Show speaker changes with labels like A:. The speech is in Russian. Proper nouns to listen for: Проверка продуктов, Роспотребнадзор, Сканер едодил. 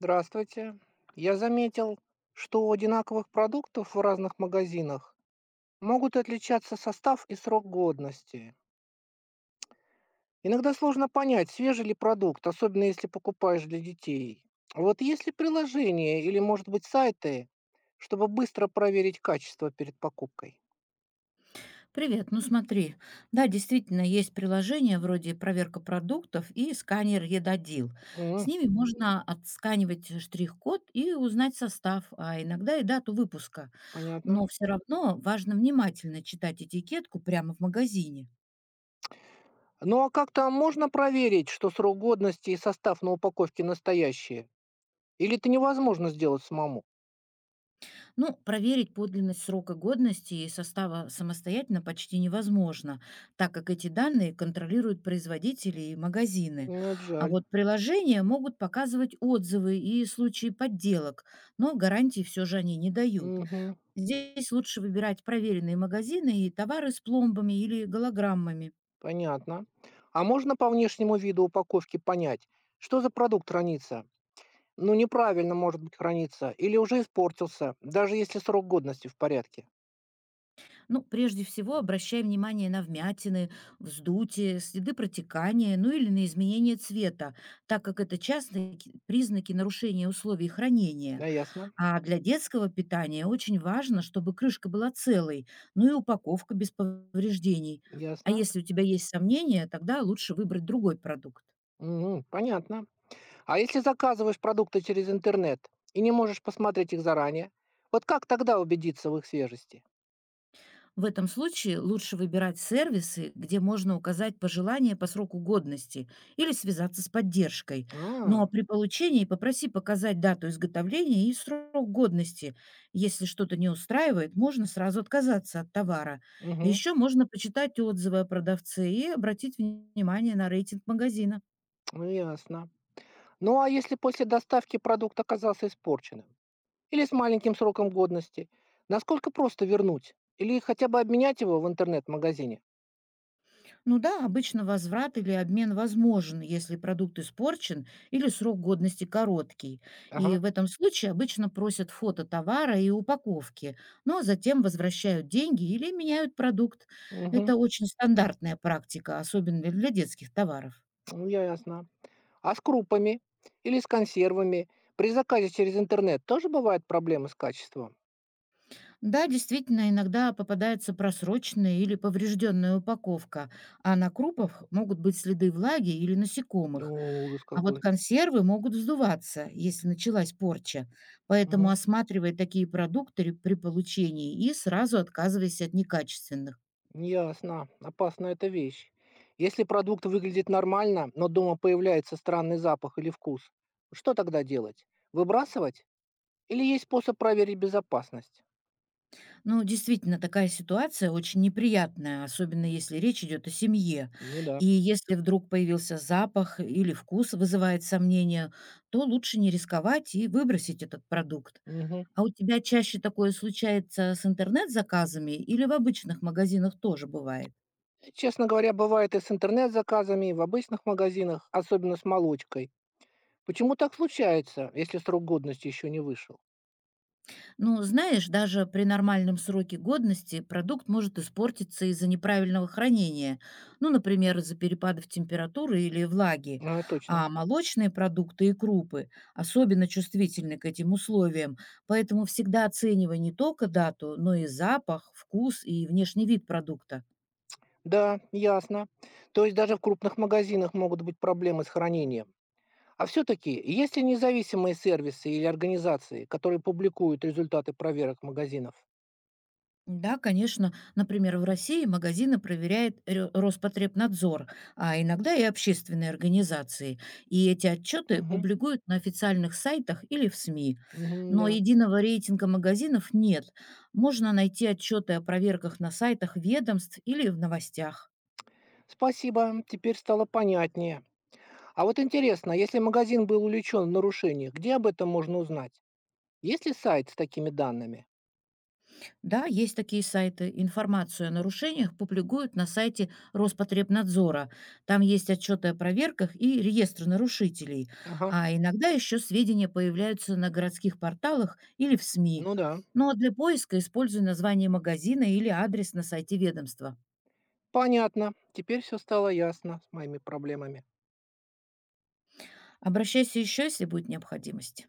A: Здравствуйте. Я заметил, что у одинаковых продуктов в разных магазинах могут отличаться состав и срок годности. Иногда сложно понять, свежий ли продукт, особенно если покупаешь для детей. Вот есть ли приложение или, может быть, сайты, чтобы быстро проверить качество перед покупкой?
B: Привет, ну смотри, да, действительно, есть приложения вроде «Проверка продуктов» и «Сканер едодил». С
A: М,
B: ними Мгм. Можно отсканивать штрих-код и узнать состав, а иногда и дату выпуска.
A: понятно.
B: Но все равно важно внимательно читать этикетку прямо в магазине.
A: Ну а как там можно проверить, что срок годности и состав на упаковке настоящие? Или это невозможно сделать самому?
B: Ну, проверить подлинность срока годности и состава самостоятельно почти невозможно, так как эти данные контролируют производители и магазины.
A: Ну, это
B: А
A: жаль.
B: вот приложения могут показывать отзывы и случаи подделок, но гарантий все же они не дают.
A: Мгм.
B: Здесь лучше выбирать проверенные магазины и товары с пломбами или голограммами.
A: Понятно. А можно по внешнему виду упаковки понять, что за продукт хранится? Ну, неправильно, может быть, хранится, или уже испортился, даже если срок годности в порядке.
B: Ну, прежде всего, обращай внимание на вмятины, вздутие, следы протекания, ну или на изменение цвета, так как это частные признаки нарушения условий хранения.
A: Да, ясно,
B: А для детского питания очень важно, чтобы крышка была целой, ну и упаковка без повреждений. А
A: ясно.
B: если у тебя есть сомнения, тогда лучше выбрать другой продукт.
A: Мгм, понятно. А если заказываешь продукты через интернет и не можешь посмотреть их заранее, вот как тогда убедиться в их свежести?
B: В этом случае лучше выбирать сервисы, где можно указать пожелания по сроку годности или связаться с поддержкой.
A: А,
B: Но при получении попроси показать дату изготовления и срок годности. Если что-то не устраивает, можно сразу отказаться от товара.
A: мгм,
B: Еще можно почитать отзывы о продавце и обратить внимание на рейтинг магазина.
A: ну ясно. Ну, а если после доставки продукт оказался испорченным? Или с маленьким сроком годности? Насколько просто вернуть? Или хотя бы обменять его в интернет-магазине?
B: Ну да, обычно возврат или обмен возможен, если продукт испорчен или срок годности короткий. И
A: Ага.
B: в этом случае обычно просят фото товара и упаковки, но затем возвращают деньги или меняют продукт.
A: Угу.
B: Это очень стандартная практика, особенно для детских товаров.
A: Ну, я ясно. А с крупами? Или с консервами? При заказе через интернет тоже бывают проблемы с качеством?
B: Да, действительно, иногда попадается просроченная или поврежденная упаковка, а на крупах могут быть следы влаги или
A: О,
B: насекомых.
A: ужас
B: А вот
A: какой.
B: консервы могут вздуваться, если началась порча. Поэтому
A: Мгм.
B: осматривай такие продукты при получении и сразу отказывайся от некачественных.
A: Ясно. Опасна эта вещь. Если продукт выглядит нормально, но дома появляется странный запах или вкус, что тогда делать? Выбрасывать? Или есть способ проверить безопасность?
B: Ну, действительно, такая ситуация очень неприятная, особенно если речь идет о семье.
A: Ну да.
B: И если вдруг появился запах или вкус вызывает сомнения, то лучше не рисковать и выбросить этот продукт.
A: Мгм.
B: А у тебя чаще такое случается с интернет-заказами или в обычных магазинах тоже бывает?
A: Честно говоря, бывает и с интернет-заказами, и в обычных магазинах, особенно с молочкой. Почему так случается, если срок годности еще не вышел?
B: Ну, знаешь, даже при нормальном сроке годности продукт может испортиться из-за неправильного хранения, ну, например, из-за перепадов температуры или влаги.
A: А, точно.
B: А молочные продукты и крупы особенно чувствительны к этим условиям, поэтому всегда оценивай не только дату, но и запах, вкус и внешний вид продукта.
A: Да, ясно. То есть даже в крупных магазинах могут быть проблемы с хранением. А все-таки, есть ли независимые сервисы или организации, которые публикуют результаты проверок магазинов?
B: Да, конечно. Например, в России магазины проверяет Роспотребнадзор, а иногда и общественные организации. И эти отчеты
A: Мгм.
B: публикуют на официальных сайтах или в СМИ.
A: Мгм,
B: Но
A: да.
B: единого рейтинга магазинов нет. Можно найти отчеты о проверках на сайтах ведомств или в новостях.
A: Спасибо, теперь стало понятнее. А вот интересно, если магазин был увлечен в нарушениях, где об этом можно узнать? Есть ли сайт с такими данными?
B: Да, есть такие сайты. Информацию о нарушениях публикуют на сайте Роспотребнадзора. Там есть отчеты о проверках и реестры нарушителей.
A: Ага,
B: А иногда еще сведения появляются на городских порталах или в СМИ.
A: ну да.
B: Ну а для поиска используй название магазина или адрес на сайте ведомства.
A: Понятно. Теперь все стало ясно с моими проблемами.
B: Обращайся еще, если будет необходимость.